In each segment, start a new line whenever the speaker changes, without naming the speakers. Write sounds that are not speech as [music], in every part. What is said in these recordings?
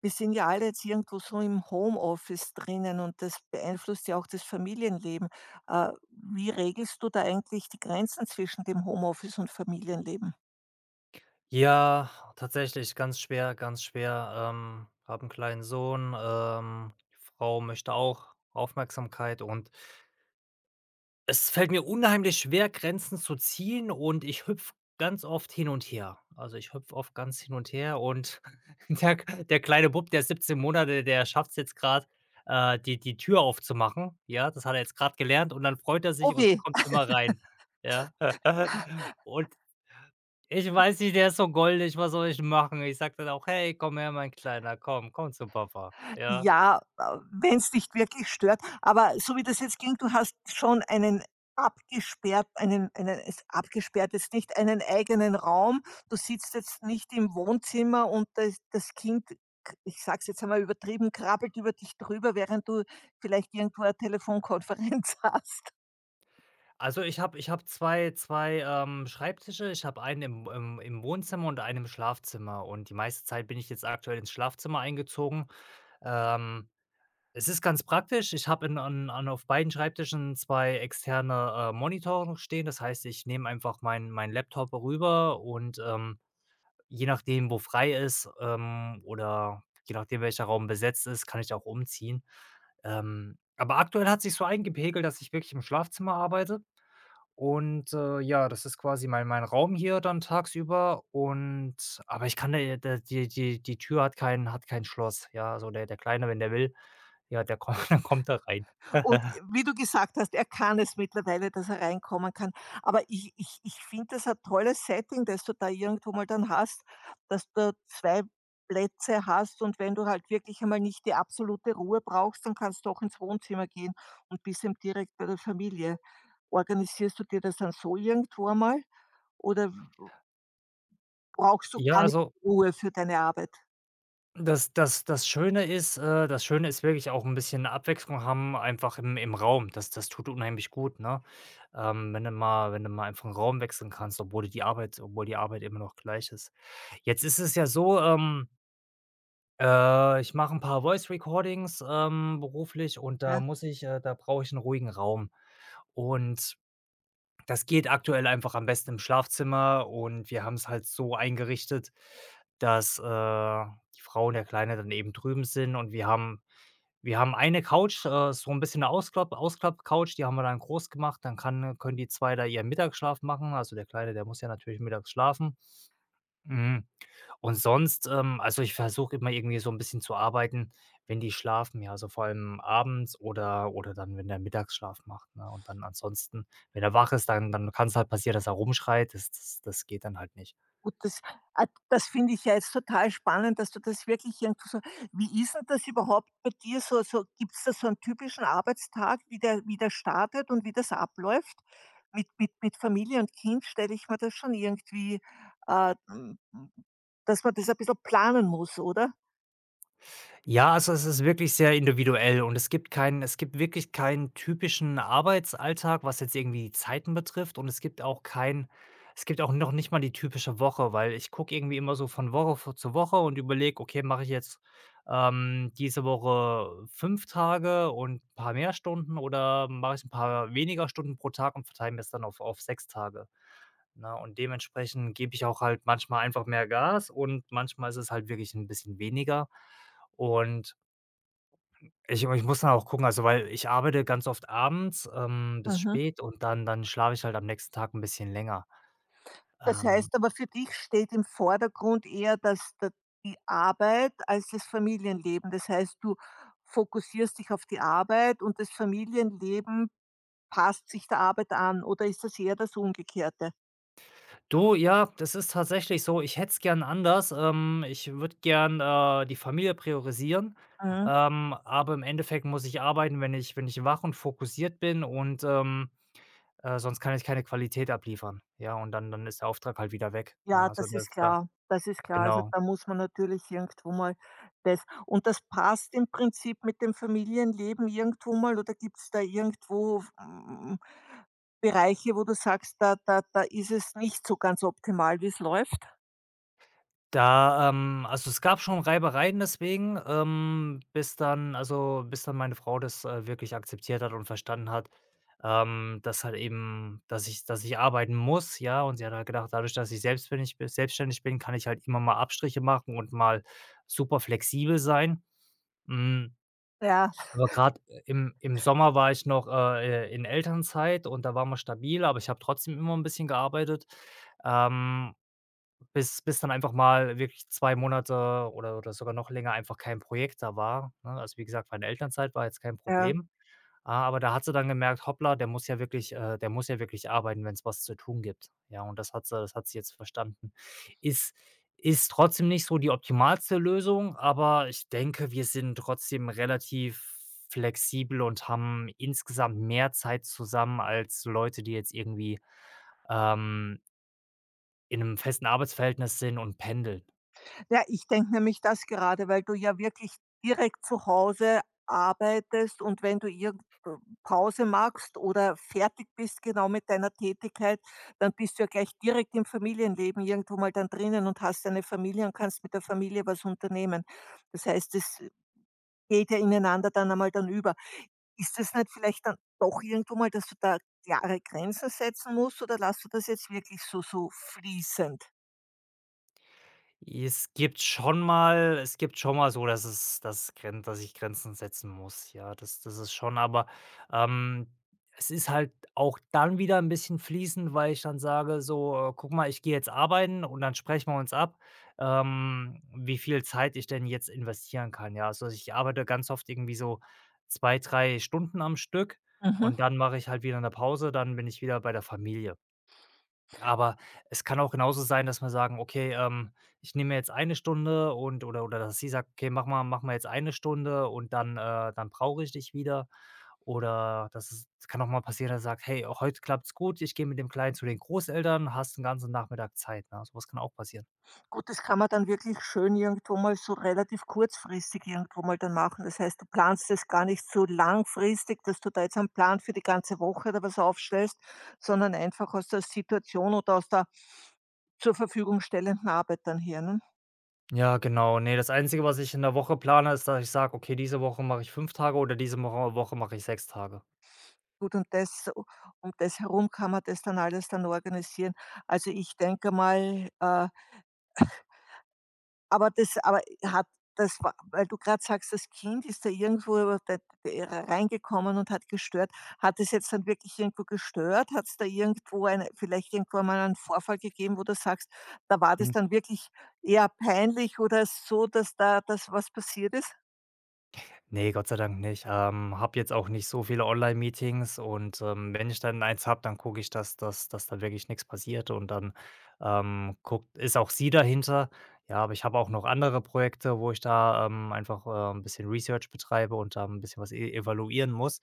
Wir sind ja alle jetzt irgendwo so im Homeoffice drinnen und das beeinflusst ja auch das Familienleben. Wie regelst du da eigentlich die Grenzen zwischen dem Homeoffice und Familienleben?
Ja, tatsächlich ganz schwer, ganz schwer. Habe 'n kleinen Sohn, die Frau möchte auch Aufmerksamkeit und es fällt mir unheimlich schwer, Grenzen zu ziehen und ich hüpfe ganz oft hin und her. Also, ich hüpfe oft ganz hin und her und [laughs] der der kleine Bub, der ist 17 Monate, der schafft es jetzt gerade die Tür aufzumachen. Ja, das hat er jetzt gerade gelernt und dann freut er
Oh
sich
weh.
und kommt immer rein. Ja. [laughs] Und ich weiß nicht, der ist so goldig, was soll ich machen? Ich sage dann auch: „Hey, komm her, mein Kleiner, komm, komm zu Papa“, ja?
Ja, wenn es dich wirklich stört. Aber so wie das jetzt ging, du hast schon einen abgesperrt einen es abgesperrt jetzt nicht einen eigenen Raum. Du sitzt jetzt nicht im Wohnzimmer und das Kind, k ich sag's jetzt einmal übertrieben, krabbelt über dich drüber, während du vielleicht irgendwo eine Telefonkonferenz [laughs] hast.
Also, ich habe zwei Schreibtische. Ich habe einen im Wohnzimmer und einen im Schlafzimmer und die meiste Zeit bin ich jetzt aktuell ins Schlafzimmer eingezogen. Ähm, Es ist ganz praktisch. Ich habe in an an auf beiden Schreibtischen 2 externe, Monitore stehen. Das heißt, ich nehme einfach meinen Laptop rüber und, je nachdem, wo frei ist, oder je nachdem, welcher Raum besetzt ist, kann ich auch umziehen. Aber aktuell hat sich so eingepegelt, dass ich wirklich im Schlafzimmer arbeite und, ja, das ist quasi mein Raum hier dann tagsüber und aber ich kann da da die Tür hat kein Schloss, ja? Also, der der Kleine, wenn der will, ja, der kommt [laughs] der kommt da rein.
Und
[laughs]
wie du gesagt hast, er kann es mittlerweile, dass er reinkommen kann. Aber ich finde das ein tolles Setting, das du da irgendwo mal dann hast, dass du 2 Plätze hast, und wenn du halt wirklich einmal nicht die absolute Ruhe brauchst, dann kannst du auch ins Wohnzimmer gehen und bist eben direkt bei der Familie. Organisierst du dir das dann so irgendwo einmal oder brauchst du
Ja,
gar nicht
also
Ruhe für deine Arbeit?
das das Schöne ist das Schöne ist wirklich auch ein bisschen Abwechslung haben einfach im Raum. Das tut unheimlich gut, ne? Wenn du mal einfach 'n Raum wechseln kannst, obwohl die Arbeit immer noch gleich ist. Jetzt ist es ja so, ich mache ein paar Voice Recordings, beruflich und
Ja.
da brauche ich einen ruhigen Raum. Und das geht aktuell einfach am besten im Schlafzimmer und wir haben es halt so eingerichtet, dass, die Frau und der Kleine dann eben drüben sind und wir haben eine Couch, so ein bisschen eine Ausklapp-Couch, die haben wir dann groß gemacht, dann kann können die 2 da ihren Mittagsschlaf machen. Also, der Kleine, der muss ja natürlich mittags schlafen. Mhm. Und sonst, also, ich versuche immer irgendwie so ein bisschen zu arbeiten, wenn die schlafen, ja, also, vor allem abends oder dann, wenn der Mittagsschlaf macht, ne? Und dann ansonsten, wenn er wach ist, dann kann es halt passieren, dass er rumschreit. Das geht dann halt nicht.
Gut, das ah, das finde ich ja jetzt total spannend, dass du das wirklich irgendwie. So wie ist denn das überhaupt bei dir so, so gibt's da so einen typischen Arbeitstag, wie der startet und wie das abläuft? Mit mit Familie und Kind stelle ich mir das schon irgendwie, äh, hm, dass man das ein bisschen planen muss, oder?
Ja, also es ist wirklich sehr individuell und es gibt wirklich keinen typischen Arbeitsalltag, was jetzt irgendwie die Zeiten betrifft und es gibt auch kein es gibt auch noch nicht mal die typische Woche, weil ich gucke irgendwie immer so von Woche vo zu Woche und überlege: „Okay, mache ich jetzt, diese Woche 5 Tage und ein paar mehr Stunden oder mache ich ein paar weniger Stunden pro Tag und verteile mir es dann auf 6 Tage?“ Na und dementsprechend gebe ich auch halt manchmal einfach mehr Gas und manchmal ist es halt wirklich ein bisschen weniger. Und ich muss dann auch gucken, also, weil ich arbeite ganz oft abends, bis
Mhm.
spät und dann schlafe ich halt am nächsten Tag ein bisschen länger.
Das
Ähm,
heißt aber, für dich steht im Vordergrund eher, dass da die Arbeit als das Familienleben. Das heißt, du fokussierst dich auf die Arbeit und das Familienleben passt sich der Arbeit an, oder ist das eher das Umgekehrte?
du, ja, das ist tatsächlich so, ich hätte es gern anders. Ich würde gern, die Familie priorisieren,
Mhm.
aber im Endeffekt muss ich arbeiten, wenn ich wach und fokussiert bin und, sonst kann ich keine Qualität abliefern. Ja, und dann ist der Auftrag halt wieder weg. Ja,
Ja,
also,
das ist
das da
klar. Das ist klar. Also,
genau.
da muss man natürlich irgendwo mal das, und das passt im Prinzip mit dem Familienleben irgendwo mal, oder gibt es da irgendwo, hm, Bereiche, wo du sagst, da ist es nicht so ganz optimal, wie es läuft?
Da, also, es gab schon Reibereien deswegen, bis dann meine Frau das, wirklich akzeptiert hat und verstanden hat, dass halt eben dass ich arbeiten muss, ja? Und sie hat halt gedacht, dadurch, dass ich selbstständig bin, kann ich halt immer mal Abstriche machen und mal super flexibel sein. Hm,
Ja.
aber gerade im Sommer war ich noch, in Elternzeit und da war man stabil, aber ich habe trotzdem immer ein bisschen gearbeitet. Ähm, bis dann einfach mal wirklich 2 Monate oder sogar noch länger einfach kein Projekt da war, ne? Also, wie gesagt, meine Elternzeit war jetzt kein
Ja.
Problem, a aber da hat sie dann gemerkt: „Hoppla, der muss ja wirklich arbeiten, wenn es was zu tun gibt.“ Ja, und das hat sie jetzt verstanden. Ist ist trotzdem nicht so die optimalste Lösung, aber ich denke, wir sind trotzdem relativ flexibel und haben insgesamt mehr Zeit zusammen als Leute, die jetzt irgendwie, ähm in 'nem festen Arbeitsverhältnis sind und pendeln.
Ja, ich denke nämlich das gerade, weil du ja wirklich direkt zu Hause arbeitest, und wenn du irgend Pause machst oder fertig bist genau mit deiner Tätigkeit, dann bist du ja gleich direkt im Familienleben irgendwo mal dann drinnen und hast deine Familie und kannst mit der Familie was unternehmen. Das heißt, es geht ja ineinander dann einmal dann über. Ist es nicht vielleicht dann doch irgendwo mal, dass du da klare Grenzen setzen musst, oder lässt du das jetzt wirklich so so fließend?
Es gibt schon mal so, dass Gren dass ich Grenzen setzen muss. Ja, das ist schon, aber, ähm, es ist halt auch dann wieder 'n bisschen fließend, weil ich dann sage so: Guck mal, ich gehe jetzt arbeiten und dann sprechen wir uns ab, wie viel Zeit ich denn jetzt investieren kann.“ Ja, also, ich arbeite ganz oft irgendwie so 2, 3 Stunden am Stück
Mhm.
und dann mache ich halt wieder 'ne Pause, dann bin ich wieder bei der Familie. Aber es kann auch genauso sein, dass wir sagen: „Okay, ich nehme mir jetzt eine Stunde“ und oder dass sie sagt: „Okay, mach mal jetzt eine Stunde und dann, dann brauche ich dich wieder.“ Oder das es kann auch mal passieren, dass er sagt: „Hey, heute klappt's gut, ich gehe mit dem Kleinen zu den Großeltern, hast 'n ganzen Nachmittag Zeit“, ne? So was kann auch passieren.
Gut, das kann man dann wirklich schön irgendwo mal so relativ kurzfristig irgendwo mal dann machen. Das heißt, du planst das gar nicht so langfristig, dass du da jetzt einen Plan für die ganze Woche oder was aufstellst, sondern einfach aus der Situation oder aus der zur Verfügung stellenden Arbeit dann her, ne?
Ja, genau. Ne, das Einzige, was ich in der Woche plane, ist, dass ich sage: „Okay, diese Woche mache ich 5 Tage oder diese Woche mache ich 6 Tage.“
Gut, und das um das herum kann man das dann alles dann organisieren. Also, ich denke mal, aber das aber hat das war, weil du gerade sagst, das Kind ist da irgendwo da da reingekommen und hat gestört. Hat es jetzt dann wirklich irgendwo gestört? Hat es da irgendwo eine vielleicht irgendwann mal einen Vorfall gegeben, wo du sagst, da war das dann wirklich eher peinlich oder so, dass da das was passiert ist?
Nee, Gott sei Dank nicht. Habe jetzt auch nicht so viele Online-Meetings und, wenn ich dann eins hab, dann gucke ich, dass da wirklich nichts passiert und dann, guckt ist auch sie dahinter. Ja, aber ich habe auch noch andere Projekte, wo ich da, einfach, 'n bisschen Research betreibe und da ein bisschen was e evaluieren muss.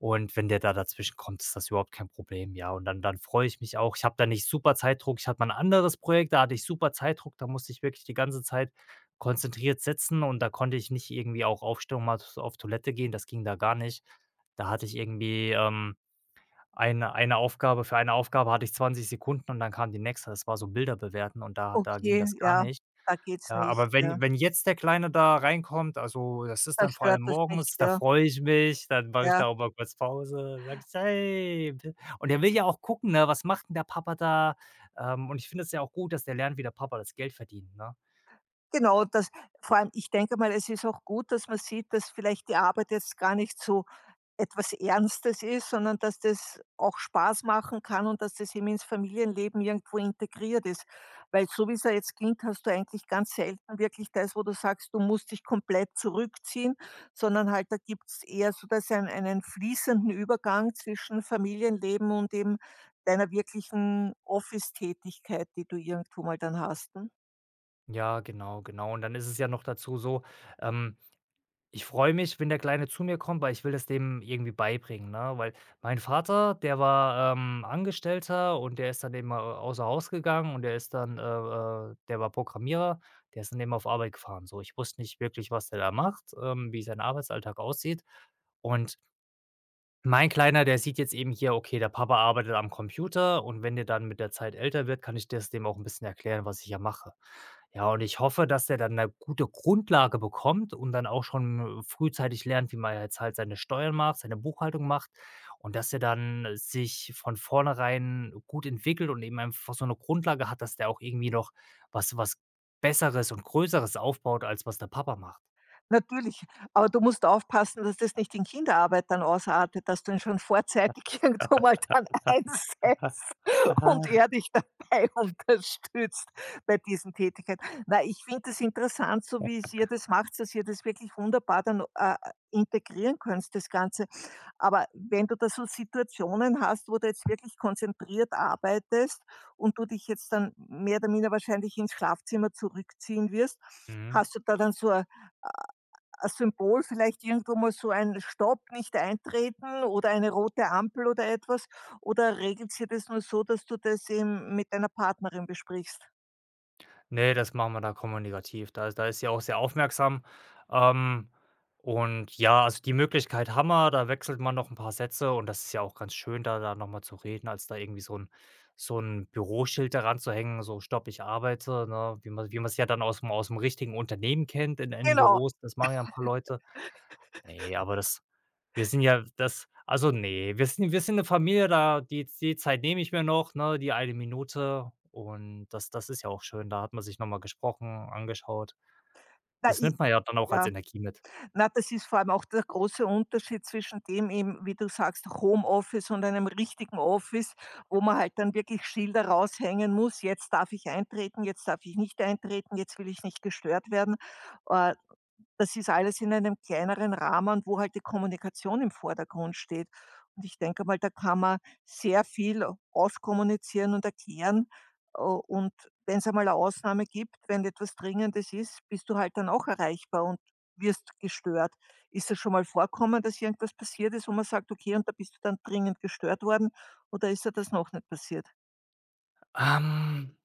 Und wenn der da dazwischen kommt, ist das überhaupt kein Problem, ja. Und dann freue ich mich auch. Ich habe da nicht super Zeitdruck. Ich hatte mal ein anderes Projekt, da hatte ich super Zeitdruck. Da musste ich wirklich die ganze Zeit konzentriert sitzen und da konnte ich nicht irgendwie auch aufstehen und mal s auf Toilette gehen, das ging da gar nicht. Da hatte ich irgendwie, eine Aufgabe hatte ich 20 Sekunden und dann kam die nächste. Das war so Bilder bewerten und da ging
Okay,
das gar
ja,
nicht.
da geht's
Ja,
nicht,
aber
ja.
wenn jetzt der Kleine da reinkommt, also, das ist
Da
dann vor allem
stört das nicht,
morgens, da
ja,
freue ich mich, dann mache ich
ja.
da auch mal kurz Pause, sage ich: „Hey, b“ und der will ja auch gucken, ne, was macht denn der Papa da? Und ich finde es ja auch gut, dass der lernt, wie der Papa das Geld verdient, ne?
Genau, das vor allem, ich denke mal, es ist auch gut, dass man sieht, dass vielleicht die Arbeit jetzt gar nicht so etwas Ernstes ist, sondern dass das auch Spaß machen kann und dass das eben ins Familienleben irgendwo integriert ist. Weil so wie's ja jetzt klingt, hast du eigentlich ganz selten wirklich das, wo du sagst, du musst dich komplett zurückziehen, sondern halt da gibt es eher so, dass ein einen fließenden Übergang zwischen Familienleben und eben deiner wirklichen Office-Tätigkeit, die du irgendwo mal dann hast, ne?
Ja, genau, genau. Und dann ist es ja noch dazu so, ähm, ich freue mich, wenn der Kleine zu mir kommt, weil ich will das dem irgendwie beibringen, ne? Weil mein Vater, der war, Angestellter und der ist dann eben, außer Haus gegangen und der ist dann, der war Programmierer, der ist dann eben auf Arbeit gefahren. So, ich wusste nicht wirklich, was der da macht, wie sein Arbeitsalltag aussieht. Und mein Kleiner, der sieht jetzt eben hier, okay, der Papa arbeitet am Computer und wenn der dann mit der Zeit älter wird, kann ich das dem auch ein bisschen erklären, was ich ja mache. Ja, und ich hoffe, dass der dann eine gute Grundlage bekommt und dann auch schon frühzeitig lernt, wie man jetzt halt seine Steuern macht, seine Buchhaltung macht und dass er dann sich von vornherein gut entwickelt und eben einfach so eine Grundlage hat, dass der auch irgendwie noch was Besseres und Größeres aufbaut, als was der Papa macht.
Natürlich, aber du musst aufpassen, dass das nicht in Kinderarbeit dann ausartet, dass du ihn schon vorzeitig [laughs] irgendwo mal dann einsetzt und er dich dabei [laughs] unterstützt bei diesen Tätigkeiten. Na, ich finde es interessant, so wie es ihr das macht, dass ihr das wirklich wunderbar dann, integrieren könnt, das Ganze. Aber wenn du da so Situationen hast, wo du jetzt wirklich konzentriert arbeitest und du dich jetzt dann mehr oder minder wahrscheinlich ins Schlafzimmer zurückziehen wirst,
Mhm.
hast du da dann so als Symbol vielleicht irgendwo mal so ein Stopp, nicht eintreten oder eine rote Ampel oder etwas? Oder regelt sie das nur so, dass du das eben mit deiner Partnerin besprichst?
Ne, das machen wir da kommunikativ. Da ist sie auch sehr aufmerksam. Ähm, und ja, also, die Möglichkeit haben wir, da wechselt man noch ein paar Sätze und das ist ja auch ganz schön, da nochmal zu reden, als da irgendwie so ein Büroschild daran zu hängen. So: „Stopp, ich arbeite“, ne? Wie man's ja dann aus dem richtigen Unternehmen kennt in den
Genau.
Büros, das machen ja ein paar Leute. Nee, aber das wir sind ja das also, nee, wir sind eine Familie, da die Zeit nehme ich mir noch, ne, die eine Minute und das ist ja auch schön. Da hat man sich noch mal gesprochen, angeschaut.
Na,
Das
i
nimmt man ja dann auch als
ja.
Energie mit.
Na, das ist vor allem auch der große Unterschied zwischen dem eben, wie du sagst, Homeoffice und einem richtigen Office, wo man halt dann wirklich Schilder raushängen muss: „Jetzt darf ich eintreten, jetzt darf ich nicht eintreten, jetzt will ich nicht gestört werden.“ Äh, Das ist alles in einem kleineren Rahmen, wo halt die Kommunikation im Vordergrund steht. Und ich denke mal, da kann man sehr viel auskommunizieren und erklären. Und wenn es einmal eine Ausnahme gibt, wenn etwas Dringendes ist, bist du halt dann auch erreichbar und wirst gestört. Ist das schon mal vorkommen, dass irgendwas passiert ist, wo man sagt: „Okay, und da bist du dann dringend gestört worden“, oder ist dir das noch nicht passiert?
Ähm,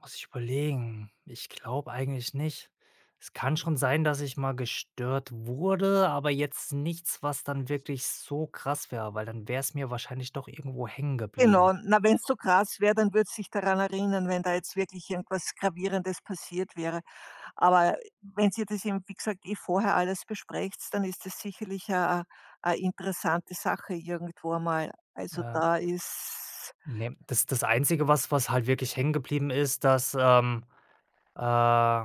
muss ich überlegen. Ich glaube eigentlich nicht. Es kann schon sein, dass ich mal gestört wurde, aber jetzt nichts, was dann wirklich so krass wäre, weil dann wäre es mir wahrscheinlich doch irgendwo hängen geblieben.
Genau, na, wenn's so krass wäre, dann würde sie sich daran erinnern, wenn da jetzt wirklich irgendwas Gravierendes passiert wäre. Aber wenn sie das eben, wie gesagt, eh vorher alles besprecht, dann ist das sicherlich eine interessante Sache irgendwo einmal. Also,
Äh
da ist:
Ne, das Einzige, was halt wirklich hängen geblieben ist, dass, äh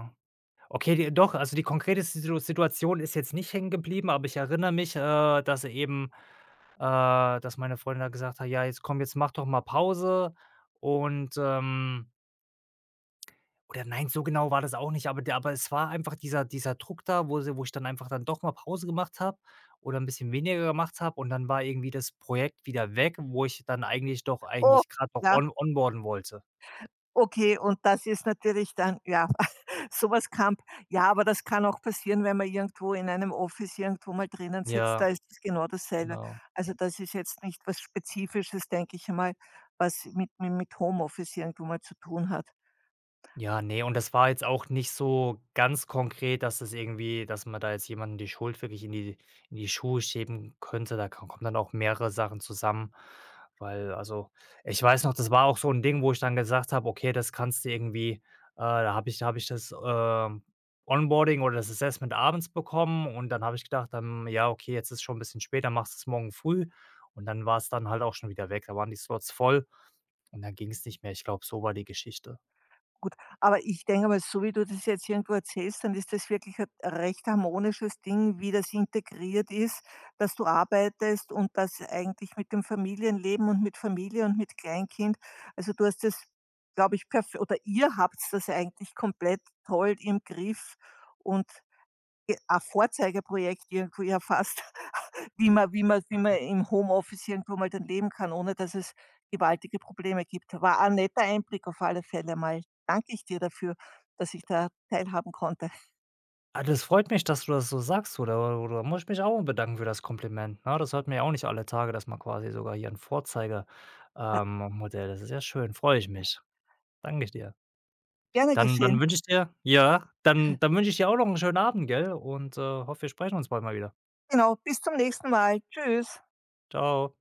okay, die doch, also die konkrete Situation ist jetzt nicht hängen geblieben, aber ich erinnere mich, dass eben, dass meine Freundin da gesagt hat: „Ja, jetzt komm, jetzt mach doch mal Pause.“ Und, oder nein, so genau war das auch nicht, aber der aber es war einfach dieser Druck da, wo ich dann einfach dann doch mal Pause gemacht habe oder 'n bisschen weniger gemacht habe und dann war irgendwie das Projekt wieder weg, wo ich dann
„Oh,
eigentlich grad noch
ja,
on onboarden wollte.
okay.“ Und das ist natürlich dann ja. Sowas was kann ja, aber das kann auch passieren, wenn man irgendwo in einem Office irgendwo mal drinnen sitzt, da
Ja,
ist es genau dasselbe.
genau.
Also, das ist jetzt nicht was Spezifisches, denke ich mal, was mit mi mit Homeoffice irgendwo mal zu tun hat.
Ja, nee. Und das war jetzt auch nicht so ganz konkret, dass das irgendwie dass man da jetzt jemanden die Schuld wirklich in die Schuhe schieben könnte. Da ko kommen dann auch mehrere Sachen zusammen, weil also, ich weiß noch, das war auch so ein Ding, wo ich dann gesagt habe: „Okay, das kannst du irgendwie“ da habe ich das, Onboarding oder das Assessment abends bekommen und dann habe ich gedacht, dann: „Ja, okay, jetzt ist schon ein bisschen später, dann machst du's morgen früh.“ Und dann war es dann halt auch schon wieder weg. Da waren die Slots voll. Und dann ging es nicht mehr. Ich glaube, so war die Geschichte.
Gut, aber ich denke mal, so wie du das jetzt irgendwo erzählst, dann ist das wirklich ein recht harmonisches Ding, wie das integriert ist, dass du arbeitest und das eigentlich mit dem Familienleben und mit Familie und mit Kleinkind. Also du hast das, glaube ich, perfekt, oder ihr habt das eigentlich komplett toll im Griff und ge- ein Vorzeigeprojekt irgendwo ja fast. Wie man wie man wie man im Homeoffice irgendwo mal dann leben kann, ohne dass es gewaltige Probleme gibt. War ein netter Einblick auf alle Fälle mal. Danke ich dir dafür, dass ich da teilhaben konnte.
Ah, das freut mich, dass du das so sagst, oder. Da da muss ich mich auch bedanken für das Kompliment, ne? Das hört mir ja auch nicht alle Tage, dass man quasi sogar hier ein Vorzeige
Ja,
ähm, Modell, das ist ja schön, freue ich mich. Danke ich dir.
gerne
Dann
geschehen.
wünsche ich dir ja, dann wünsche ich dir auch noch einen schönen Abend, gell? Und, hoffe, wir sprechen uns bald mal wieder.
Genau, bis zum nächsten Mal. Tschüss.
Ciao.